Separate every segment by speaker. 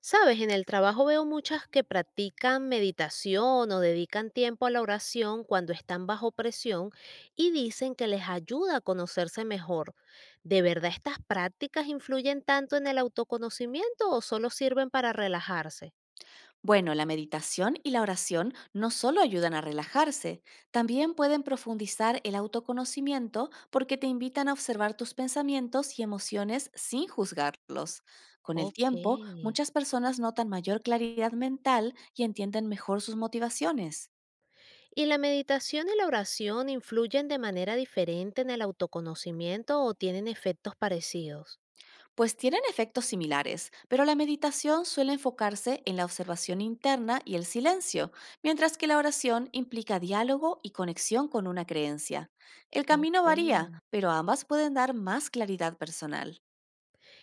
Speaker 1: Sabes, en el trabajo veo muchas que practican meditación o dedican tiempo a la oración cuando están bajo presión y dicen que les ayuda a conocerse mejor. ¿De verdad estas prácticas influyen tanto en el autoconocimiento o solo sirven para relajarse?
Speaker 2: Bueno, la meditación y la oración no solo ayudan a relajarse, también pueden profundizar el autoconocimiento porque te invitan a observar tus pensamientos y emociones sin juzgarlos. Con el
Speaker 1: Ok.
Speaker 2: tiempo, muchas personas notan mayor claridad mental y entienden mejor sus motivaciones.
Speaker 1: ¿Y la meditación y la oración influyen de manera diferente en el autoconocimiento o tienen efectos parecidos?
Speaker 2: Pues tienen efectos similares, pero la meditación suele enfocarse en la observación interna y el silencio, mientras que la oración implica diálogo y conexión con una creencia. El
Speaker 1: Ok.
Speaker 2: camino varía, pero ambas pueden dar más claridad personal.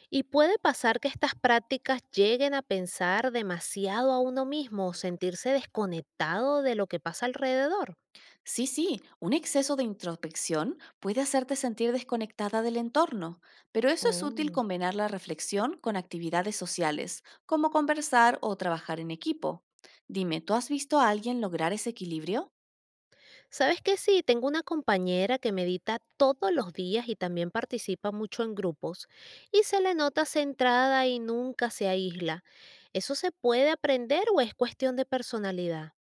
Speaker 1: Y puede pasar que estas prácticas lleguen a pensar demasiado a uno mismo o sentirse desconectado de lo que pasa alrededor.
Speaker 2: Sí, sí, un exceso de introspección puede hacerte sentir desconectada del entorno, pero eso es útil
Speaker 1: Oh.
Speaker 2: combinar la reflexión con actividades sociales, como conversar o trabajar en equipo. Dime, ¿tú has visto a alguien lograr ese equilibrio?
Speaker 1: ¿Sabes qué? Sí, tengo una compañera que medita todos los días y también participa mucho en grupos y se le nota centrada y nunca se aísla. ¿Eso se puede aprender o es cuestión de personalidad?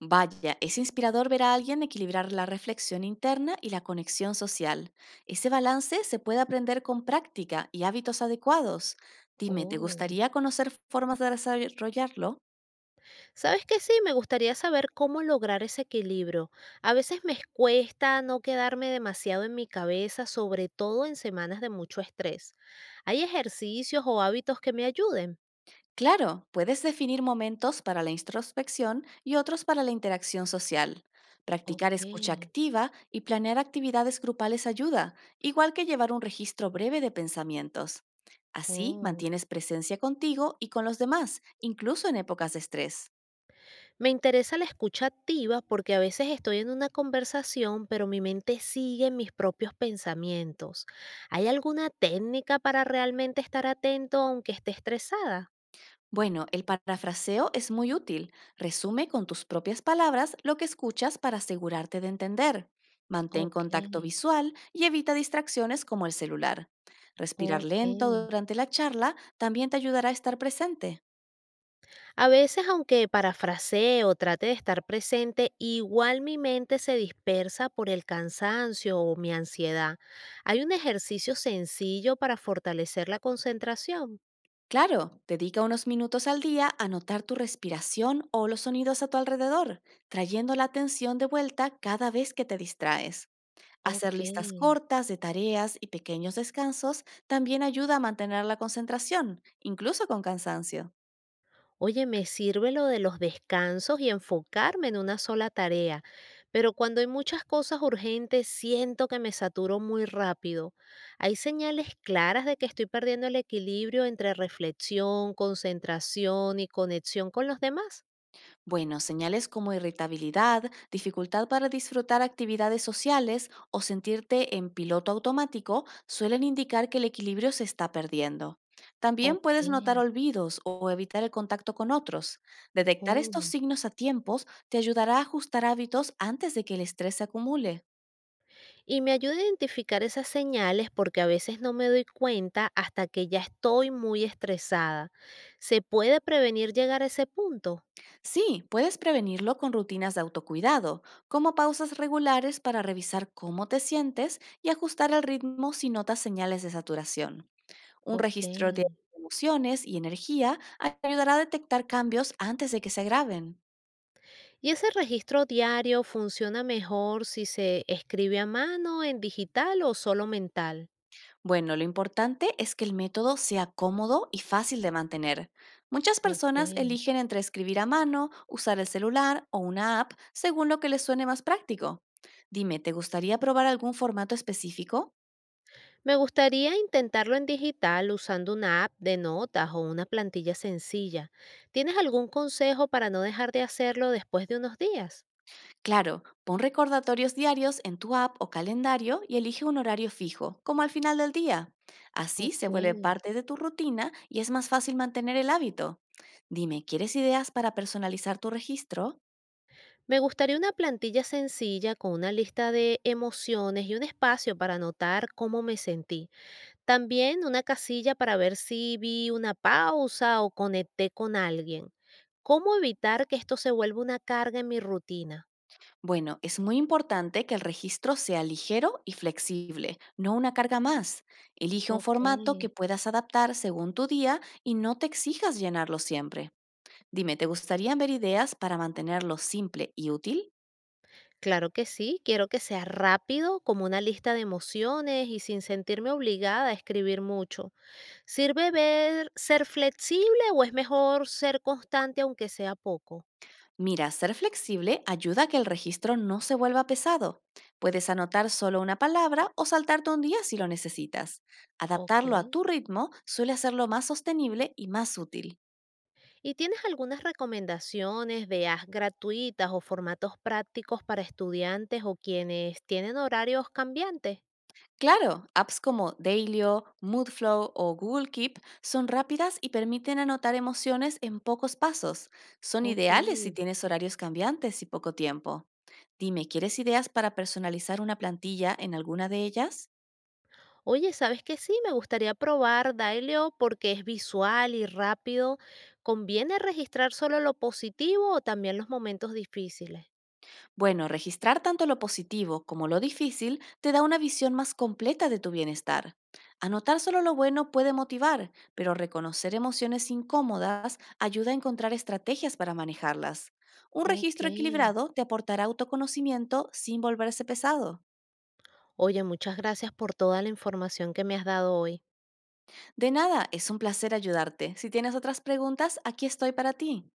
Speaker 2: Vaya, es inspirador ver a alguien equilibrar la reflexión interna y la conexión social. Ese balance se puede aprender con práctica y hábitos adecuados. Dime, ¿te
Speaker 1: Oh.
Speaker 2: gustaría conocer formas de desarrollarlo?
Speaker 1: ¿Sabes qué? Sí, me gustaría saber cómo lograr ese equilibrio. A veces me cuesta no quedarme demasiado en mi cabeza, sobre todo en semanas de mucho estrés. ¿Hay ejercicios o hábitos que me ayuden?
Speaker 2: Claro, puedes definir momentos para la introspección y otros para la interacción social. Practicar
Speaker 1: Ok.
Speaker 2: escucha activa y planear actividades grupales ayuda, igual que llevar un registro breve de pensamientos. Así
Speaker 1: Oh.
Speaker 2: mantienes presencia contigo y con los demás, incluso en épocas de estrés.
Speaker 1: Me interesa la escucha activa porque a veces estoy en una conversación, pero mi mente sigue en mis propios pensamientos. ¿Hay alguna técnica para realmente estar atento aunque esté estresada?
Speaker 2: Bueno, el parafraseo es muy útil. Resume con tus propias palabras lo que escuchas para asegurarte de entender. Mantén
Speaker 1: Ok,
Speaker 2: contacto visual y evita distracciones como el celular. Respirar lento
Speaker 1: ok.
Speaker 2: durante la charla también te ayudará a estar presente.
Speaker 1: A veces, aunque parafrasee o trate de estar presente, igual mi mente se dispersa por el cansancio o mi ansiedad. Hay un ejercicio sencillo para fortalecer la concentración.
Speaker 2: Claro, dedica unos minutos al día a notar tu respiración o los sonidos a tu alrededor, trayendo la atención de vuelta cada vez que te distraes. Hacer
Speaker 1: Ok.
Speaker 2: listas cortas de tareas y pequeños descansos también ayuda a mantener la concentración, incluso con cansancio.
Speaker 1: Oye, me sirve lo de los descansos y enfocarme en una sola tarea, pero cuando hay muchas cosas urgentes siento que me saturo muy rápido. Hay señales claras de que estoy perdiendo el equilibrio entre reflexión, concentración y conexión con los demás.
Speaker 2: Bueno, señales como irritabilidad, dificultad para disfrutar actividades sociales o sentirte en piloto automático suelen indicar que el equilibrio se está perdiendo. También puedes
Speaker 1: Okey.
Speaker 2: notar olvidos o evitar el contacto con otros. Detectar estos
Speaker 1: Oh.
Speaker 2: signos a tiempos te ayudará a ajustar hábitos antes de que el estrés se acumule.
Speaker 1: Y me ayuda a identificar esas señales, porque a veces no me doy cuenta hasta que ya estoy muy estresada. ¿Se puede prevenir llegar a ese punto?
Speaker 2: Sí, puedes prevenirlo con rutinas de autocuidado, como pausas regulares para revisar cómo te sientes y ajustar el ritmo si notas señales de saturación. Un registro de
Speaker 1: Okey.
Speaker 2: emociones y energía ayudará a detectar cambios antes de que se agraven.
Speaker 1: ¿Y ese registro diario funciona mejor si se escribe a mano, en digital o solo mental?
Speaker 2: Bueno, lo importante es que el método sea cómodo y fácil de mantener. Muchas personas
Speaker 1: Okey.
Speaker 2: eligen entre escribir a mano, usar el celular o una app según lo que les suene más práctico. Dime, ¿te gustaría probar algún formato específico?
Speaker 1: Me gustaría intentarlo en digital usando una app de notas o una plantilla sencilla. ¿Tienes algún consejo para no dejar de hacerlo después de unos días?
Speaker 2: Claro, pon recordatorios diarios en tu app o calendario y elige un horario fijo, como al final del día. Así se vuelve
Speaker 1: Okey.
Speaker 2: parte de tu rutina y es más fácil mantener el hábito. Dime, ¿quieres ideas para personalizar tu registro?
Speaker 1: Me gustaría una plantilla sencilla con una lista de emociones y un espacio para anotar cómo me sentí. También una casilla para ver si vi una pausa o conecté con alguien. ¿Cómo evitar que esto se vuelva una carga en mi rutina?
Speaker 2: Bueno, es muy importante que el registro sea ligero y flexible, no una carga más. Elige un
Speaker 1: Ok.
Speaker 2: formato que puedas adaptar según tu día y no te exijas llenarlo siempre. Dime, ¿te gustaría ver ideas para mantenerlo simple y útil?
Speaker 1: Claro que sí, quiero que sea rápido, como una lista de emociones y sin sentirme obligada a escribir mucho. ¿Sirve ver ser flexible o es mejor ser constante aunque sea poco?
Speaker 2: Mira, ser flexible ayuda a que el registro no se vuelva pesado. Puedes anotar solo una palabra o saltarte un día si lo necesitas.
Speaker 1: Ok.
Speaker 2: Adaptarlo a tu ritmo suele hacerlo más sostenible y más útil.
Speaker 1: ¿Y tienes algunas recomendaciones de apps gratuitas o formatos prácticos para estudiantes o quienes tienen horarios cambiantes?
Speaker 2: Claro, apps como Dailyo, Moodflow o Google Keep son rápidas y permiten anotar emociones en pocos pasos. Son
Speaker 1: Ok.
Speaker 2: ideales si tienes horarios cambiantes y poco tiempo. Dime, ¿quieres ideas para personalizar una plantilla en alguna de ellas?
Speaker 1: Oye, ¿sabes qué? Sí, me gustaría probar Daileo porque es visual y rápido. ¿Conviene registrar solo lo positivo o también los momentos difíciles?
Speaker 2: Bueno, registrar tanto lo positivo como lo difícil te da una visión más completa de tu bienestar. Anotar solo lo bueno puede motivar, pero reconocer emociones incómodas ayuda a encontrar estrategias para manejarlas. Un
Speaker 1: Ok.
Speaker 2: registro equilibrado te aportará autoconocimiento sin volverse pesado.
Speaker 1: Oye, muchas gracias por toda la información que me has dado hoy.
Speaker 2: De nada, es un placer ayudarte. Si tienes otras preguntas, aquí estoy para ti.